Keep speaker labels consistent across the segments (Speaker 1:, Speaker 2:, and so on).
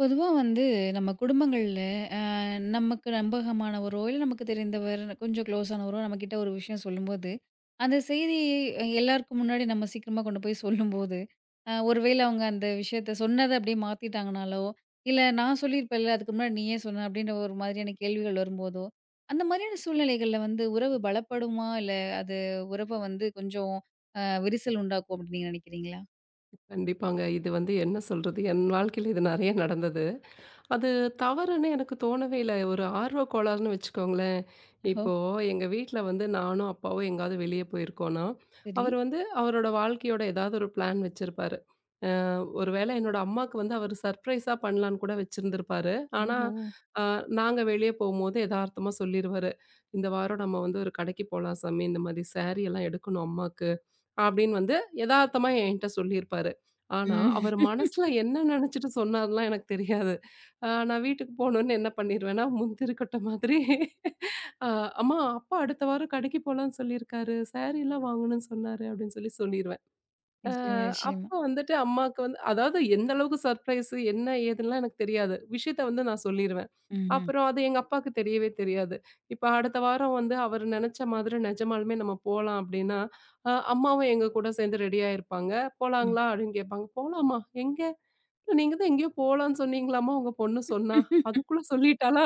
Speaker 1: பொதுவா வந்து நம்ம குடும்பங்கள்ல அ நமக்கு நம்பகமானவரோ, இல்ல நமக்கு தெரிந்தவர், கொஞ்சம் க்ளோஸானவரோ நம்மகிட்ட ஒரு விஷயம் சொல்லும்போது, அந்த செய்தியை எல்லாருக்கும் முன்னாடி நம்ம சீக்கிரமா கொண்டு போய் சொல்லும்போது, ஒருவேள அவங்க அந்த விஷயத்த சொன்னத அப்படியே மாத்திட்டாங்கனாலோ, இல்ல நான் சொல்லியிருப்பேன்ல அதுக்கு முன்னாடி நீ ஏன் சொன்ன? அப்படின்ற ஒரு மாதிரியான கேள்விகள் வரும்போதோ, அந்த மாதிரியான சூழ்நிலைகள்ல வந்து உறவு பலப்படுமா? இல்ல அது உறவ வந்து கொஞ்சம் விரிசல் உண்டாக்கும் அப்படின்னு நீங்க நினைக்கிறீங்களா?
Speaker 2: கண்டிப்பாங்க. இது வந்து என்ன சொல்றது? என் வாழ்க்கையில இது நெறைய நடந்தது. அது தவறுன்னு எனக்கு தோணவே இல்ல. ஒரு ஆர்வ கோளாறுன்னு வச்சுக்கோங்களேன்.
Speaker 1: ஓ!
Speaker 2: இப்போ எங்க வீட்ல வந்து நானும், அப்பாவும் எங்கேயாவது வெளிய போயிருக்கோம்ன்னா,
Speaker 1: சரி.
Speaker 2: அவரு வந்து அவரோட வாழ்க்கையோட ஏதாவது ஒரு பிளான் வச்சிருப்பாரு. ஒருவேளை என்னோட அம்மாக்கு வந்து அவரு சர்ப்ரைஸா பண்ணலான்னு கூட வச்சிருந்திருப்பாரு. ஆனா,
Speaker 1: ஓஹோ!
Speaker 2: அ நாங்க வெளிய போம்போது எதார்த்தமா சொல்லிருவாரு. "இந்த வாரம் நம்ம வந்து ஒரு கடைக்கு போலாம் சாமி. இந்த மாரி சாரி எல்லாம் எடுக்கணும் அம்மாக்கு. அப்படின்னு வந்து எதார்த்தமா என்கிட்ட சொல்லியிருப்பாரு. ஆனா,
Speaker 1: ம்.
Speaker 2: அவர் மனசுல என்ன நெனச்சுட்டு சொன்னாருலாம் எனக்கு தெரியாது. நான் வீட்டுக்கு போனோனே என்ன பண்ணிருவேன்னா, முந்திரி கொட்டை மாதிரி அ "அம்மா, அப்பா அடுத்த வாரம் கடைக்கு போலான்னு சொல்லியிருக்காரு. சாரீலாம் வாங்கணும்னு சொன்னாரு." அப்படின்னு சொல்லி சொல்லிருவேன். அ
Speaker 1: நிச்சயமா, நிச்சயமா.
Speaker 2: அப்ப வந்துட்டு அம்மாவுக்கு வந்து அதாவது எந்த அளவுக்கு சர்ப்ரைஸு, என்ன ஏதுன்னுலாம் எனக்கு தெரியாது. விஷயத்த வந்து நான் சொல்லிருவேன்.
Speaker 1: ம்ஹ்ம்.
Speaker 2: அப்புறம் அது எங்க அப்பாக்கு தெரியவே தெரியாது. இப்ப அடுத்த வாரம் வந்து அவரு நெனச்ச மாதிரி நெஜமாலுமே நம்ம போலாம் அப்டின்னா, அம்மாவும் எங்க கூட சேர்ந்து ரெடி ஆயிருப்பாங்க.
Speaker 1: ம்.
Speaker 2: "போலாங்களா?" அப்டின்னு கேட்பாங்க. "போலாமா? எங்க? இல்ல, நீங்க தான் எங்கேயோ போலான்னு சொன்னீங்களாமா உங்க பொண்ணு சொன்னா. அதுக்குள்ள சொல்லிட்டாளா?"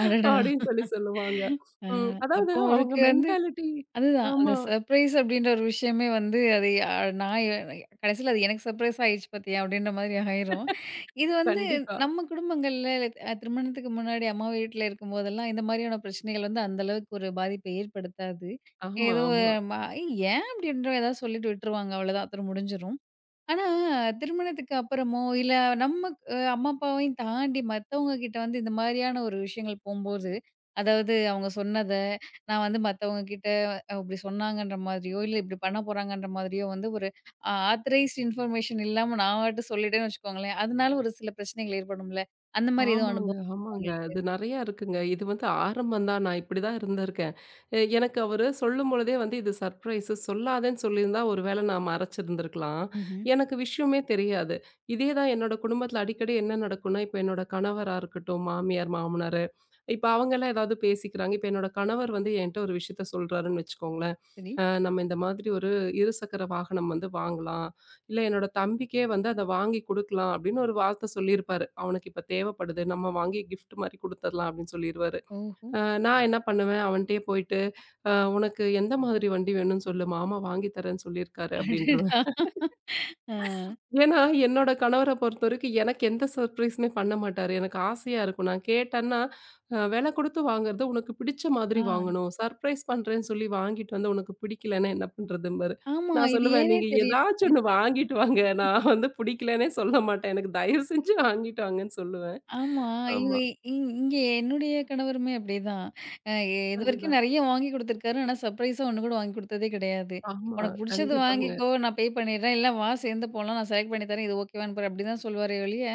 Speaker 1: அடடா!
Speaker 2: அப்டின்னு சொல்லி சொல்லுவாங்க.
Speaker 1: அ
Speaker 2: ம். அதாவது
Speaker 1: அப்போ
Speaker 2: அவங்க
Speaker 1: அவருக்கு வந்து
Speaker 2: மென்டாலிட்டி.
Speaker 1: அதுதான் அந்த
Speaker 2: ஆமா.
Speaker 1: சர்ப்ரைஸ் அப்படின்ற ஒரு விஷயமே வந்து அது நான் கடைசியில அது எனக்கு சர்ப்ரைஸ் ஆயிடுச்சு பார்த்தியா! அப்படின்ற மாதிரி ஆயிரும். இது வந்து
Speaker 2: கண்டிப்பா.
Speaker 1: நம்ம குடும்பங்கள்ல திருமணத்துக்கு முன்னாடி அம்மா வீட்ல இருக்கும்போதெல்லாம் இந்த மாதிரியான பிரச்சனைகள் வந்து அந்த அளவுக்கு ஒரு பாதிப்பை ஏற்படுத்தாது.
Speaker 2: ஆமா,
Speaker 1: ஏதோ
Speaker 2: ஆமா.
Speaker 1: ம ஏன் அப்படின்ற ஏதாவது சொல்லிட்டு விட்டுருவாங்க அவ்வளோதான். அத்தோட முடிஞ்சிரும். ஆனா, திருமணத்துக்கு அப்புறமோ, இல்ல நம்ம அம்மா, அப்பாவையும் தாண்டி மத்தவங்க கிட்ட வந்து இந்த மாரியான ஒரு விஷயங்கள் போம்போது, அதாவது அவங்க சொன்னத, நான் வந்து மத்தவங்க கிட்ட இப்டி சொன்னாங்கன்ற மாதிரியோ, இல்ல இப்டி பண்ண போறாங்கன்ற மாதிரியோ வந்து ஒரு ஆத்தரைஸ்ட் இன்ஃபர்மேஷன் இல்லாம நான் பாட்டுக்கு சொல்லிட்டேன்னு வச்சுக்கோங்களேன். அதனால ஒரு சில பிரச்சனைகள் ஏற்படும்ல. அந்த மாரி எதுவும்
Speaker 2: ஆமாங்க,
Speaker 1: அனுபவம் இருக்கா
Speaker 2: ஆமாங்க.
Speaker 1: உங்களுக்கு?
Speaker 2: அது நெறையா இருக்குங்க. இது வந்து ஆரம்பம் தான். நான் இப்படிதான் இருந்திருக்கேன். எனக்கு அவரு சொல்லும்பொழுதே வந்து இது சர்ப்ரைஸு சொல்லாதேன்னு சொல்லியிருந்தா ஒருவேளை நான் மறைச்சிருந்திருக்கலாம்.
Speaker 1: ம்ஹ்ம்.
Speaker 2: எனக்கு விஷயமே தெரியாது. இதே தான் என்னோட குடும்பத்தில அடிக்கடி என்ன நடக்கும்னா, இப்ப என்னோட கணவரா இருக்கட்டும், மாமியார், மாமனாரு இப்ப அவங்கலாம் ஏதாவது பேசிக்கிறாங்க. இப்ப என்னோட கணவர் வந்து என்ட்ட ஒரு விஷயத்த சொல்றாருன்னு வச்சுக்கோங்களேன்.
Speaker 1: சரி.
Speaker 2: நம்ம இந்த மாதிரி ஒரு இருசக்கர வாகனம் வந்து வாங்கலாம். இல்ல என்னோட தம்பிக்கே வந்து அத வாங்கி குடுக்கலாம் அப்படின்னு ஒரு வார்த்தை சொல்லியிருப்பாரு. அவனுக்கு இப்ப தேவைப்படுது. நம்ம வாங்கி கிஃப்ட் மாரி குடுத்துரலாம் அப்படின்னு சொல்லிருவாரு.
Speaker 1: ஓஹோ!
Speaker 2: அ நான் என்ன பண்ணுவேன் அவன்ட்டயே போயிட்டு, "அ உனக்கு எந்த மாதிரி வண்டி வேணும்னு சொல்லு. மாமா வாங்கி தரேன்னு சொல்லியிருக்காரு" அப்படின்றுவேன்.
Speaker 1: அடடா! ஆ.
Speaker 2: ஏன்னா, என்னோட கணவர பொறுத்தவரைக்கும் எனக்கு எந்த சர்ப்ரைஸுமே பண்ண மாட்டாரு. எனக்கு ஆசையா இருக்கும். நான் கேட்டேன்னா, விலை குடுத்து வாங்குறத உனக்கு பிடிச்ச
Speaker 1: ஆ.
Speaker 2: மாதிரி வாங்கணும். சர்ப்ரைஸ் பண்றேன்னு சொல்லி வாங்கிட்டு வந்து உனக்கு பிடிக்கலன்னா என்ன பண்றதும்பாரு.
Speaker 1: ஆமா.
Speaker 2: நான்
Speaker 1: இது
Speaker 2: சொல்லுவேன்,
Speaker 1: ஏன்னே
Speaker 2: "நீங்க
Speaker 1: தெரியல.
Speaker 2: ஏதாச்சும் ஒண்ணு வாங்கிட்டு வாங்க. நான் வந்து பிடிக்கலன்னே சொல்ல மாட்டேன். எனக்கு தயவு செஞ்சு வாங்கிட்டு வாங்கன்னு" சொல்லுவேன்.
Speaker 1: ஆமா. இவ
Speaker 2: ஆமா.
Speaker 1: இங் இங்க என்னுடைய கணவருமே அப்படிதான். அ இதுவரைக்கும்
Speaker 2: அதுதான்.
Speaker 1: நெறைய வாங்கி குடுத்துருக்காரு. ஆனா சர்ப்ரைஸா ஒண்ணு கூட வாங்கி குடுத்ததே கிடையாது.
Speaker 2: ஆமா.
Speaker 1: "உனக்கு புடிச்சது
Speaker 2: கண்டிப்பாங்க.
Speaker 1: வாங்கிக்கோ, நான் பே பண்ணிடுறேன். இல்ல வா சேர்ந்து போலாம். நான் செலக்ட் பண்ணி தரேன். இது ஓகேவான்னு பாரு" அப்படிதான் சொல்லுவாரே ஒழிய,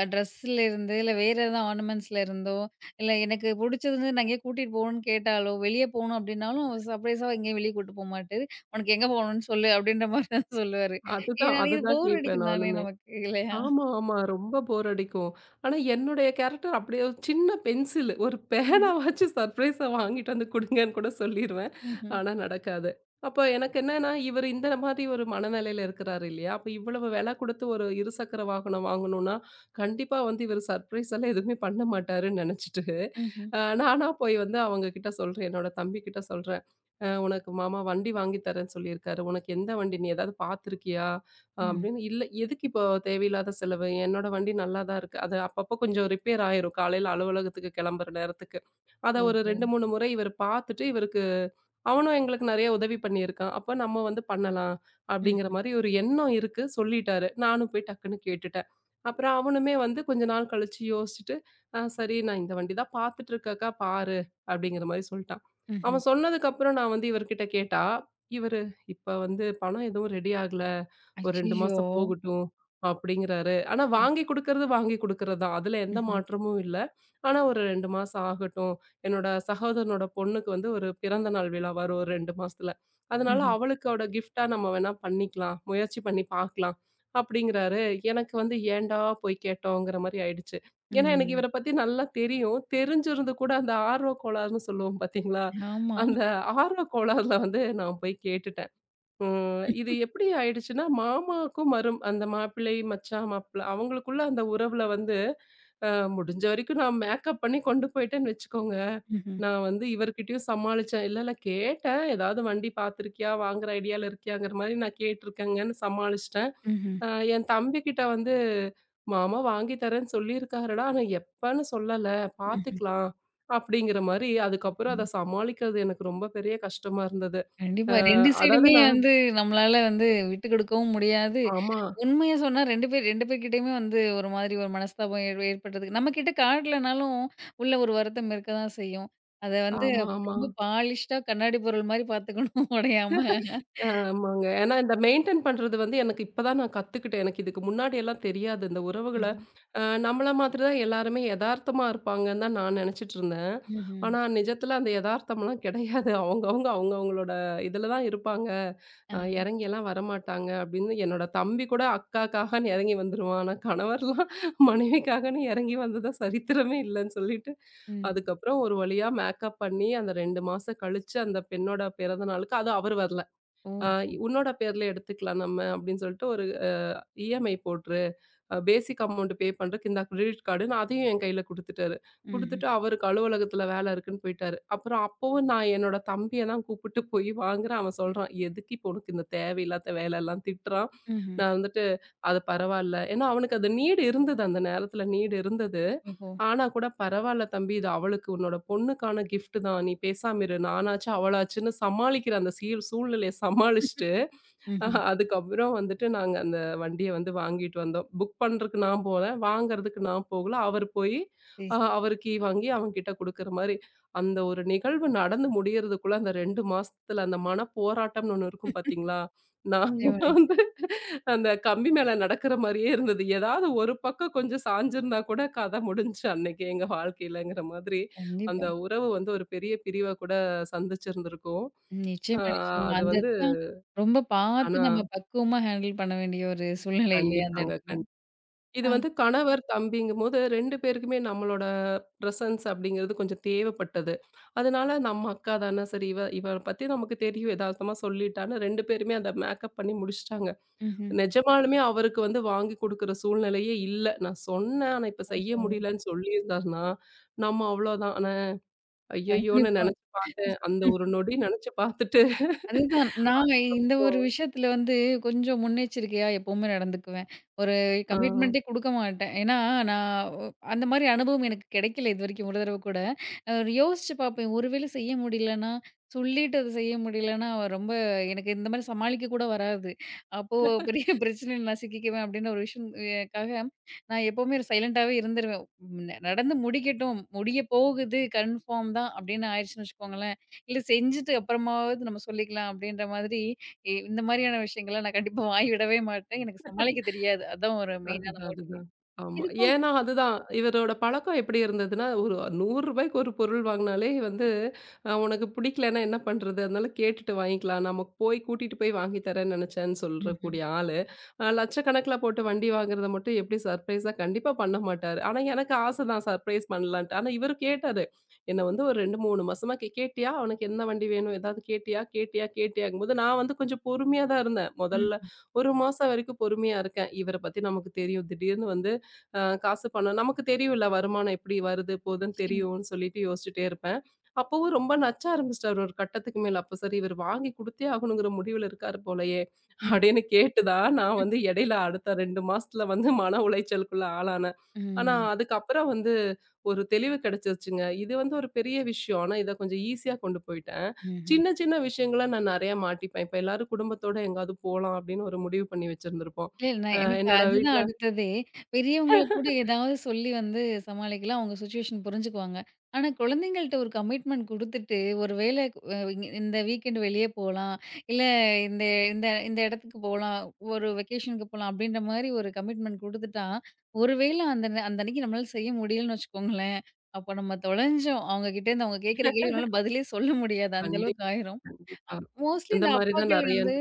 Speaker 1: ட்ரெஸ்ஸுலேருந்து இல்ல வேற எதா ஆர்னமெண்ட்ஸ்ல இருந்தோ, இல்ல எனக்கு புடிச்சதுன்னு நான் எங்கேயோ கூட்டிட்டு போகணும்னு கேட்டாலோ, வெளிய போகணும் அப்படின்னாலும் சர்ப்ரைஸா எங்கேயும் வெளிய கூட்டு போமாட்டாரு. "உனக்கு எங்க போகணும்னு சொல்லு" அப்படின்ற மாரி தான் சொல்லுவாரு.
Speaker 2: அதுதான்
Speaker 1: ஏன்னா, இது
Speaker 2: அதுதான்
Speaker 1: போர்
Speaker 2: கேட்பேன்
Speaker 1: அடிக்கும் தானே
Speaker 2: நானுமே.
Speaker 1: நமக்கு இல்லையா?
Speaker 2: ஆமா, ஆமா. ரொம்ப போர் அடிக்கும். ஆனா என்னுடைய கேரக்டர் அப்படியே ஒரு சின்ன பென்சிலு, ஒரு
Speaker 1: ம்ஹ்ம்.
Speaker 2: பேனாவாச்சு சர்ப்ரைஸா வாங்கிட்டு வந்து குடுங்கன்னு கூட சொல்லிருவேன்.
Speaker 1: ம்ஹ்ம்.
Speaker 2: ஆனா நடக்காது. அப்ப எனக்கு என்னன்னா, இவரு இந்த மாதிரி ஒரு மனநிலையில இருக்கிறாரு இல்லையா? அப்ப இவ்வளவு விலை குடுத்து ஒரு இருசக்கர வாகனம் வாங்கணும்னா, கண்டிப்பா வந்து இவரு சர்ப்ரைஸ் எல்லாம் எதுவுமே பண்ண மாட்டாருன்னு நெனச்சுட்டு,
Speaker 1: ம்ஹ்ம்.
Speaker 2: நானா போய் வந்து அவங்க கிட்ட சொல்றேன். என்னோட தம்பி கிட்ட சொல்றேன். உனக்கு மாமா வண்டி வாங்கி தரேன்னு சொல்லியிருக்காரு. உனக்கு எந்த வண்டி? நீ ஏதாவது பார்த்துருக்கியா?
Speaker 1: ம்.
Speaker 2: அப்படின்னு இல்ல எதுக்கு இப்போ தேவையில்லாத செலவு? என்னோட வண்டி நல்லா தான் இருக்கு. அது அப்பப்போ கொஞ்சம் ரிப்பேர் ஆயிரும். காலையில அலுவலகத்துக்கு கிளம்புற நேரத்துக்கு. அத ஒரு
Speaker 1: ஓஹோ!
Speaker 2: 2, 3 முறை இவர் பார்த்துட்டு இவருக்கு அவனும் எங்களுக்கு நெறைய உதவி பண்ணியிருக்கான். அப்ப நம்ம வந்து பண்ணலாம் அப்படிங்கிற
Speaker 1: ம்ஹ்ம்.
Speaker 2: மாரி ஒரு எண்ணம் இருக்கு சொல்லிட்டாரு. நானும் போய் டக்குன்னு கேட்டுட்டேன். அப்புறம் அவனுமே வந்து கொஞ்ச நாள் கழிச்சு யோசிச்சுட்டு, "ஆ சரி நான் இந்த வண்டி தான் பார்த்துட்டு இருக்கேன்க்கா பாரு" அப்படிங்கிற மாரி சொல்ட்டான்.
Speaker 1: ம்ஹ்ம்.
Speaker 2: அவன் சொன்னதுக்கு அப்புறம் நான் வந்து இவர்கிட்ட கேட்டா, இவரு "இப்ப வந்து பணம் எதுவும் ரெடி ஆகல. ஒரு 2
Speaker 1: அய்யய்யோ!
Speaker 2: மாசம் போகட்டும் அப்படிங்கிறாரு. ஆனா
Speaker 1: ம்.
Speaker 2: வாங்கி குடுக்கறது வாங்கி குடுக்கறது தான். அதுல எந்த
Speaker 1: ம்ஹ்ம்.
Speaker 2: மாற்றமும் இல்ல. ஆனா ஒரு 2 மாசம் ஆகட்டும். என்னோட சகோதரனோட பொண்ணுக்கு வந்து ஒரு பிறந்த நாள் விழா வரும் ஒரு 2 மாசத்துல. அதனால
Speaker 1: ம்ஹ்ம்.
Speaker 2: அவளுக்கோட கிஃப்ட்டா நம்ம வேணா பண்ணிக்கலாம். முயற்சி பண்ணி பார்க்கலாம் அப்படிங்கிறாரு. எனக்கு வந்து ஏன்டா போய் கேட்டோங்கிற மாரி ஆயிடுச்சு. ஏன்னா எனக்கு
Speaker 1: ம்.
Speaker 2: இவர பத்தி நல்லா தெரியும். தெரிஞ்சிருந்து கூட அந்த ஆர்வ கோளாறுன்னு சொல்லுவோம் பார்த்தீங்களா?
Speaker 1: ஆமா.
Speaker 2: அந்த ஆர்வ கோளாறுல வந்து நான் போய் கேட்டுட்டேன். ம். இது எப்படி ஆயிடுச்சுன்னா, மாமாவுக்கும் மரும் அந்த மாப்பிள்ளை, மச்சான், மாப்பிள்ளை அவங்களுக்குள்ள அந்த உறவுல வந்து, அ முடிஞ்ச வரைக்கும் நான் மேக்கப் பண்ணி கொண்டு போயிட்டேன்னு வச்சுக்கோங்க.
Speaker 1: ம்ஹ்ம்.
Speaker 2: நான் வந்து இவர்கிட்டயும் சமாளிச்சேன். இல்ல, இல்ல கேட்டேன். "ஏதாவது வண்டி பார்த்துருக்கியா? வாங்குற ஐடியால இருக்கியாங்கிற மாரி நான் கேட்டுருக்கேங்கன்னு" சமாளிச்சுட்டேன்.
Speaker 1: ம்ஹ்ம். ம்ஹ்ம்.
Speaker 2: அ என் தம்பிகிட்ட வந்து, "மாமா வாங்கி தரேன்னு சொல்லியிருக்காருடா. ஆனா எப்பன்னு சொல்லல.
Speaker 1: ம்.
Speaker 2: பார்த்துக்கலாம்" அப்படிங்கிற மாரி அதுக்கப்புறம் அத சமாளிக்கிறது எனக்கு ரொம்ப பெரிய கஷ்டமா இருந்தது. அ
Speaker 1: கண்டிப்பா 2
Speaker 2: அதாவது
Speaker 1: சைடுமே
Speaker 2: நான்
Speaker 1: வந்து நம்மளால வந்து விட்டு கொடுக்கவும் முடியாது.
Speaker 2: ஆமா.
Speaker 1: உண்மைய சொன்னா 2 பேர் 2 பேர்கிட்டயுமே வந்து ஒரு மாதிரி ஒரு மனஸ்தாபம் ஏற்பட்டதுக்கு நம்ம கிட்ட காட்டலனாலும் உள்ள ஒரு வருத்தம் இருக்க தான் செய்யும். அத வந்து
Speaker 2: ஆமா, ஆமா.
Speaker 1: ரொம்ப பாலிஷ்டா கண்ணாடி பொருள் மாரி பார்த்துக்கணும் உடையாம.
Speaker 2: ஆமாங்க. ஏன்னா இந்த மெயின்டெயின் பண்றது வந்து எனக்கு இப்ப தான் நான் கத்துக்கிட்டேன். எனக்கு இதுக்கு முன்னாடி எல்லாம் தெரியாது. இந்த உறவுகள
Speaker 1: ம்ஹ்ம்.
Speaker 2: நம்மள மாதிரி தான் எல்லாருமே எதார்த்தமா இருப்பாங்கன்னு தான் நான் நெனச்சுட்டு இருந்தேன்.
Speaker 1: ம்ஹ்ம்.
Speaker 2: ஆனா நிஜத்துல அந்த எதார்த்தம்லாம் கிடையாது. அவங்கவங்க அவங்கவங்களோட இதுல தான் இருப்பாங்க.
Speaker 1: ஆ.
Speaker 2: எறங்கிலாம் வரமாட்டாங்க அப்படின்னு என்னோட தம்பி கூட அக்காக்காகன்னு எறங்கி வந்துருவான். ஆனா கணவர்லாம் மனைவிக்காகன்னு எறங்கி வந்ததா சரித்திரமே இல்லன்னு சொல்லிட்டு,
Speaker 1: ம்.
Speaker 2: அதுக்கப்புறம் ஒரு வழியா மேக்கப் பண்ணி அந்த 2 மாசம் கழிச்சு அந்த பெண்ணோட பிறந்த நாளுக்கு அதுவும் அவரு வரல. ஆ
Speaker 1: ஓஹோ!
Speaker 2: உன்னோட பேர்ல எடுத்துக்கலாம் நம்ம அப்படின்னு சொல்லிட்டு ஒரு இஎம்ஐ போட்டுரு. பேசிக் அமௌண்ட் பே பண்றதுக்கு இந்தா கிரெடிட் கார்டுன்னு அதையும் என் கையில குடுத்துட்டாரு.
Speaker 1: ம்ஹ்ம்.
Speaker 2: குடுத்துட்டு அவருக்கு அலுவலகத்துல வேலை இருக்குன்னு போயிட்டாரு. அப்புறம் அப்பவும் நான் என்னோட தம்பிய தான் கூப்பிட்டு போய் வாங்குறேன். அவன் சொல்றான், "எதுக்கு இப்போ உனக்கு இந்த தேவையில்லாத வேலைலாம்?" திட்டுறான்.
Speaker 1: ம்ஹ்ம்.
Speaker 2: நான் வந்துட்டு அது பரவால்ல. ஏன்னா அவனுக்கு அது நீடு இருந்தது. அந்த நேரத்துல நீடு இருந்தது.
Speaker 1: ஓஹோ!
Speaker 2: ஆனா கூட பரவால்ல தம்பி இது அவளுக்கு உன்னோட பொண்ணுக்கான கிஃப்ட் தான். நீ பேசாம இரு. நானாச்சு அவளாச்சுன்னு சமாளிக்கிற அந்த சீல் சூழ்நிலைய சமாளிச்சுட்டு
Speaker 1: ம்ஹ்ம்.
Speaker 2: ஆஹா, அதுக்கப்புறம் வந்துட்டு நாங்க அந்த வண்டிய வந்து வாங்கிட்டு வந்தோம். புக் பண்றதுக்கு நான் போல, வாங்குறதுக்கு நான் போகல. அவரு போயி,
Speaker 1: சரி, சரி.
Speaker 2: அவரு கீ வாங்கி அவன்கிட்ட குடுக்குற மாரி, அந்த ஒரு நிகழ்வு நடந்து முடியறதுக்குள்ள அந்த 2 மாசத்துல அந்த மனப்போராட்டம்னு ஒண்ணு இருக்கும் பாத்தீங்களா? நான்
Speaker 1: நிச்சயமா,
Speaker 2: வந்து
Speaker 1: நிச்சயம்.
Speaker 2: அந்த கம்பி மேல நடக்கிற மாரியே இருந்தது. ஏதாவது ஒரு பக்கம் கொஞ்சம் சாஞ்சிருந்தா கூட கதை முடிஞ்சுச்சு அன்னைக்கு எங்க வாழ்க்கையிலங்கிற மாதிரி.
Speaker 1: கண்டிப்பா.
Speaker 2: அந்த உறவு வந்து ஒரு பெரிய பிரிவ கூட சந்திச்சிருந்திருக்கும். அ
Speaker 1: நிச்சயமா, நிச்சயமா.
Speaker 2: அது
Speaker 1: அந்த
Speaker 2: வந்து
Speaker 1: இடத்துல ரொம்ப
Speaker 2: ஆனா
Speaker 1: பார்த்து நம்ம பக்குவமா ஹேண்டில் பண்ண வேண்டிய ஒரு சூழ்நிலை இல்லையா அந்த
Speaker 2: கண்டிப்பாங்க.
Speaker 1: இடத்துல?
Speaker 2: கண்டிப்பா. இது
Speaker 1: ஆ.
Speaker 2: வந்து கணவர், தம்பிங்கும்போது 2 பேருக்குமே நம்மளோட பிரசன்ஸ் அப்படிங்கிறது கொஞ்சம் தேவைப்பட்டது. அதனால நம்ம அக்கா தானே சரி இவ இவள பத்தி நமக்கு தெரியும் எதார்த்தமா சொல்லிட்டான்னு 2 பேருமே அத மேக்கப் பண்ணி முடிச்சுட்டாங்க.
Speaker 1: ம்ஹ்ம்.
Speaker 2: நிஜமாலுமே அவருக்கு வந்து வாங்கி குடுக்குற சூழ்நிலையே இல்ல. நான் சொன்னேன். ஆனா இப்ப செய்ய
Speaker 1: ஓஹோ!
Speaker 2: முடியலன்னு சொல்லியிருந்தாருன்னா, நம்ம அவ்வளோதான். ஆனா ஐயய்யோன்னு
Speaker 1: கண்டிப்பா.
Speaker 2: நெனச்சு பார்த்தேன். அந்த ஒரு நொடி நெனச்சு பார்த்துட்டு
Speaker 1: அதுதான். நான் இந்த ஒரு விஷயத்துல வந்து கொஞ்சம் முன்னெச்சரிக்கையா எப்பவுமே நடந்துக்குவேன். ஒரு
Speaker 2: ஆ.
Speaker 1: கமிட்மெண்ட்டே குடுக்க மாட்டேன். ஏன்னா, நான் ஒ அந்த மாரி அனுபவம் எனக்கு கிடைக்கல இதுவரைக்கும் ஒரு தடவ கூட. அ யோசிச்சு பார்ப்பேன். ஒருவேளை செய்ய முடியலன்னா, சொல்லிட்டு அத செய்ய முடியலன்னா, அவ ரொம்ப எனக்கு இந்த மாரி சமாளிக்க கூட வராது. அப்போ பெரிய பிரச்சனையில நான் சிக்கிக்குவேன் அப்டின்ற ஒரு விஷயம் க்காக நான் எப்பவுமே சைலண்டாவே இருந்துருவேன். ம். நடந்து முடிக்கட்டும். முடிய போகுது கன்ஃபார்ம் தான் அப்டின்னு ஆயிருச்சுன்னு வச்சுக்கோங்களேன். இல்ல செஞ்சுட்டு அப்புறமாவது நம்ம சொல்லிக்கலாம் அப்படின்ற மாதிரி, இந்த மாரியான விஷயங்கள்லாம் நான் கண்டிப்பா வாய் விடவே மாட்டேன். எனக்கு சமாளிக்க தெரியாது. அதான் ஒரு மெயினான
Speaker 2: அதுதான்,
Speaker 1: மோட்டிவே.
Speaker 2: அதுதான். ஆமா.
Speaker 1: இது போக
Speaker 2: ஏன்னா அதுதான். இவரோட பழக்கம் எப்படி இருந்ததுன்னா, ஒரு ரூ. 100க்கு ஒரு பொருள் வாங்குனாலே வந்து, "உனக்கு பிடிக்கலன்னா என்ன பண்றது? அதனால கேட்டுட்டு வாங்கிக்கலாம். நம்ம போய் கூட்டிட்டு போய் வாங்கி தரேன்னு நினைச்சேன்னு"
Speaker 1: ம்ஹ்ம்.
Speaker 2: சொல்றக்கூடிய ஆளு. லட்சக்கணக்கில போட்டு வண்டி வாங்குறத மட்டும் எப்படி சர்ப்ரைஸா கண்டிப்பா பண்ண மாட்டாரு. ஆனா எனக்கு ஆசை தான் சர்ப்ரைஸ் பண்ணலான்ட்டு. ஆனா இவரு கேட்டாரு. என்ன வந்து ஒரு 2, 3 மாசமா கேட்டியா? உனக்கு என்ன வண்டி வேணும்? ஏதாவது கேட்டியா? கேட்டியா? கேட்டியாங்கும்போது" நான் வந்து கொஞ்சம் பொறுமையா தான் இருந்தேன். முதல்ல
Speaker 1: ம்.
Speaker 2: ஒரு மாசம் வரைக்கும் பொறுமையா இருக்கேன். இவர பத்தி நமக்கு தெரியும். திடீர்னு வந்து காசு, பணம் நமக்கு தெரியும்ல வருமானம் எப்படி வருது, போதுன்னு
Speaker 1: நிச்சயமா.
Speaker 2: தெரியும்னு சொல்லிட்டு யோசிச்சுட்டே இருப்பேன். அப்பவும் ரொம்ப நச்ச ஆரம்பிச்சுட்டாரு ஒரு கட்டத்துக்கு மேல. அப்ப சரி இவர் வாங்கி குடுத்தே ஆகணுங்கிற முடிவுல இருக்காரு போலயே!
Speaker 1: ம்.
Speaker 2: அப்படின்னு கேட்டு தான் நான் வந்து இடையில அடுத்த 2 மாசத்துல வந்து மன உளைச்சலுக்குள்ள ஆளானேன். ஆனா
Speaker 1: ம்.
Speaker 2: அதுக்கப்புறம் வந்து ஒரு தெளிவு கிடைச்சிருச்சுங்க. இது வந்து ஒரு பெரிய விஷயம். ஆனா இத கொஞ்சம் ஈஸியா கொண்டு போயிட்டேன்.
Speaker 1: ம்ஹ்ம்.
Speaker 2: சின்ன சின்ன விஷயங்கள நான் நெறையா மாட்டிப்பேன். இப்ப எல்லாரும் குடும்பத்தோட எங்கேயாவது போலாம் அப்படின்னு ஒரு முடிவு பண்ணி வச்சிருந்திருப்போம்.
Speaker 1: இல்ல, நான் எனக்கு
Speaker 2: என்னோட
Speaker 1: அதுதான்
Speaker 2: வீட்ல
Speaker 1: அடுத்ததே. பெரியவங்கள கூட ஏதாவது சொல்லி வந்து சமாளிக்கலாம். அவங்க சிச்சுவேஷன் புரிஞ்சுக்குவாங்க. ஆனா குழந்தைங்கள்ட்ட ஒரு கமிட்மெண்ட் குடுத்துட்டு, ஒரு வேள அ இந்த வீக்கெண்ட் வெளிய போலாம். இல்ல இந்த இந்த இந்த இடத்துக்கு போலாம். ஒரு வெக்கேஷனுக்கு போலாம். அப்படின்ற மாரி ஒரு கமிட்மெண்ட் குடுத்துட்டா, ஒரு வேள அந்த அன்னைக்கு நம்மளால செய்ய முடியலன்னு வச்சுக்கோங்களேன், அப்போ நம்ம தொலைஞ்சோம். அவங்க கிட்டேருந்து அவங்க கேட்கிற கேள்வினால பதிலே சொல்ல முடியாது. அந்த அளவுக்கு
Speaker 2: கண்டிப்பா,
Speaker 1: ஆயிரும்.
Speaker 2: கண்டிப்பா.
Speaker 1: மோஸ்ட்லி
Speaker 2: இந்த
Speaker 1: இந்த
Speaker 2: மாரி தான்
Speaker 1: அப்பாக்கள்
Speaker 2: நெறைய
Speaker 1: வந்து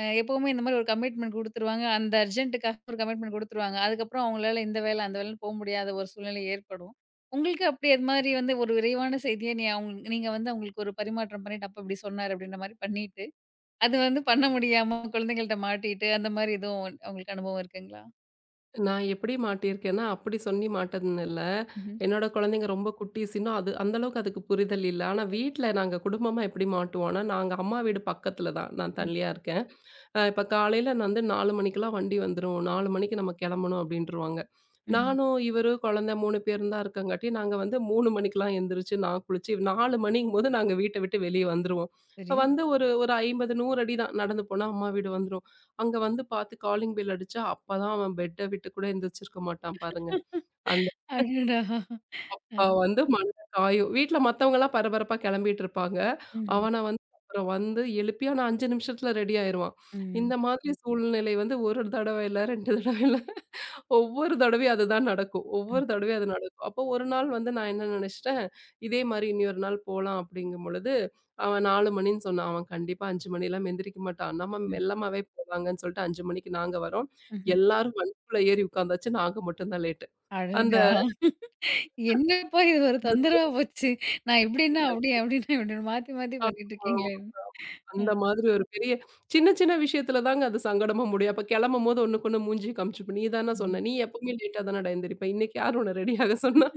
Speaker 1: எப்பவுமே இந்த மாரி ஒரு கமிட்மெண்ட் குடுத்துருவாங்க. அந்த அர்ஜென்ட்டுக்காக ஒரு கமிட்மெண்ட் குடுத்துருவாங்க. அதுக்கப்புறம் அவங்களால இந்த வேல, அந்த வேலன்னு போ முடியாத ஒரு சூழ்நிலை ஏற்படும். உங்களுக்கு அப்படி அது மாரி வந்து ஒரு விரைவான செய்திய நீ அவுங் நீங்க வந்து அவங்களுக்கு ஒரு பரிமாற்றம் பண்ணிட்டு, அப்ப இப்படி சொன்னாரு அப்படின்ற மாரி பண்ணிட்டு, அது வந்து பண்ண முடியாம குழந்தைங்கள்ட்ட மாட்டிட்டு, அந்த மாரி எதுவும் உங்களுக்கு அனுபவம் இருக்குங்களா?
Speaker 2: நான் எப்படி மாட்டியிருக்கேன்னா, அப்படி சொல்லி மாட்டதுன்னு இல்ல.
Speaker 1: ம்ஹ்ம்.
Speaker 2: என்னோட குழந்தைங்க ரொம்ப குட்டீஸ் இன்னும் அது அந்த அளவுக்கு அதுக்கு புரிதல் இல்ல. ஆனா வீட்ல நாங்க குடும்பமா எப்படி மாட்டுவோம்னா, நாங்க அம்மா வீடு பக்கத்துல தான். நான்
Speaker 1: ம்.
Speaker 2: தனியா இருக்கேன். இப்ப காலையில நான் வந்து 4 மணிக்கெல்லாம் வண்டி வந்துரும். 4 மணிக்கு நம்ம கெளம்பணும் அப்டின்ருவாங்க.
Speaker 1: ம்.
Speaker 2: நானும், இவரு, குழந்த 3 பேரும் தான் இருக்கங்காட்டி, நாங்க வந்து 3 மணிக்கெல்லாம் எந்திரிச்சு, நான் குளிச்சு 4 மணிங்கும்போது நாங்க வீட்ட விட்டு வெளிய வந்துருவோம்.
Speaker 1: சரி.
Speaker 2: வந்து ஒரு ஒரு 50, 100 அடி தான். நடந்து போனா அம்மா வீடு வந்துரும். அங்க வந்து பாத்து காலிங் பெல் அடிச்சா, அப்பதான் அவன் பெட்ட விட்டு கூட எந்திரிச்சிருக்க மாட்டான் பாருங்க. அந்த
Speaker 1: அடடா! அ.
Speaker 2: அவ வந்து மண்ட காயும். வீட்ல மத்தவங்கலாம் பரபரப்பா கெளம்பிட்டு இருப்பாங்க.
Speaker 1: ம்ஹ்ம்.
Speaker 2: அவன வந்து அப்புறம் வந்து எழுப்பி ஆனா 5 நிமிஷத்துல ரெடி ஆயிருவான்.
Speaker 1: ம்.
Speaker 2: இந்த மாதிரி சூழ்நிலை வந்து ஒரு தடவ இல்ல, 2 தடவ இல்ல. ஒவ்வொரு தடவையும் அதுதான் நடக்கும்.
Speaker 1: ம்.
Speaker 2: ஒவ்வொரு தடவையும் அது நடக்கும். அப்போ ஒரு நாள் வந்து நான் என்ன நெனச்சுட்டேன், இதே மாரி இனி ஒரு நாள் போலாம் அப்படிங்கும் பொழுது, அவன் 4 மணின்னு சொன்னான். அவன் கண்டிப்பா 5 மணிலாம் எந்திரிக்க மாட்டான். நம்ம
Speaker 1: ம்.
Speaker 2: மெல்லமாவே போலாங்கன்னு சொல்லிட்டு 5 மணிக்கு நாங்க வரோம்.
Speaker 1: ம்ஹ்ம்.
Speaker 2: எல்லாரும் வண்டிக்குள்ள ஏறி உட்காந்தாச்சு. நாங்க மட்டும் தான் லேட்டு. அந்த
Speaker 1: அடடா! என்னப்பா இது ஒரு தொந்தரவா போச்சு. நான் இப்படின்னா அப்படி, அப்படின்னா இப்படின்னு மாத்தி மாத்தி பண்ணிட்டு
Speaker 2: ஆமா.
Speaker 1: இருக்கீங்களே. அ.
Speaker 2: அந்த மாதிரி ஒரு பெரிய சின்ன சின்ன விஷயத்துல தாங்க அது சங்கடமா முடியும். அப்ப கெளம்பும்போது ஒண்ணுக்கு ஒண்ணு மூஞ்சிய காமிச்சுப்ப. "நீ தான சொன்ன. நீ எப்பவுமே லேட்டா தானடா எந்திரிப்ப. இன்னைக்கு யார் உன்ன ரெடியாக சொன்னா?"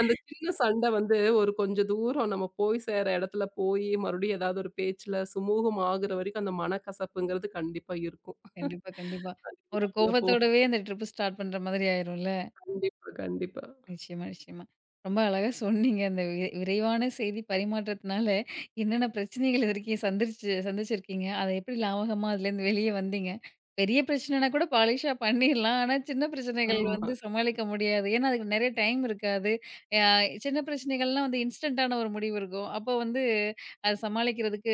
Speaker 2: அந்த சின்ன சண்டை வந்து ஒரு கொஞ்சம் தூரம் நம்ம போய் சேர இடத்துல போயி, மறுபடியும் ஏதாவது ஒரு பேச்சுல சுமூகம் ஆகுற வரைக்கும் அந்த மனக்கசப்புங்கிறது கண்டிப்பா இருக்கும்.
Speaker 1: கண்டிப்பா, கண்டிப்பா.
Speaker 2: அது
Speaker 1: ஒரு
Speaker 2: இல்லாமல போ
Speaker 1: கோவத்தோடவே அந்த ட்ரிப் ஸ்டார்ட் பண்ற மாதிரி ஆயிரும்ல.
Speaker 2: கண்டிப்பா, கண்டிப்பா.
Speaker 1: நிச்சயமா, நிச்சயமா. ரொம்ப அழகா சொன்னீங்க. அந்த விரைவான செய்தி பரிமாற்றத்தினால என்னென்ன பிரச்சனைகள் இதுவரைக்கும் சந்திச்சிருக்கீங்க. அத எப்படி லாவகமா அதுலேருந்து வெளிய வந்தீங்க. பெரிய பிரச்சனைனா கூட பாலிஷா பண்ணிர்லாம். ஆனா, சின்ன பிரச்சனைகள்
Speaker 2: ஆமா.
Speaker 1: வந்து சமாளிக்க முடியாது. ஏன்னா, அதுக்கு நெறைய டைம் இருக்காது. அ சின்ன பிரச்சனைகள்லாம் வந்து இன்ஸ்டன்ட்டான ஒரு முடிவு இருக்கும். அப்போ வந்து அத சமாளிக்கிறதுக்கு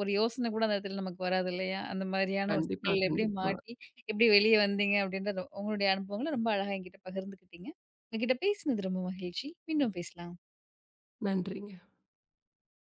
Speaker 1: ஒரு யோசனை கூட அந்த இடத்துல நமக்கு வராது இல்லையா? அந்த மாதிரியான ஒரு
Speaker 2: கண்டிப்பா,
Speaker 1: சிக்கல்ல எப்படி
Speaker 2: கண்டிப்பா.
Speaker 1: மாட்டி, எப்படி வெளிய வந்தீங்க அப்படின்ற உங்களுடைய அனுபவங்கள ரொம்ப அழகா என்கிட்ட பகிர்ந்துக்கிட்டீங்க. உங்ககிட்ட பேசினது ரொம்ப மகிழ்ச்சி. மீண்டும் பேசலாம்.
Speaker 2: நன்றிங்க.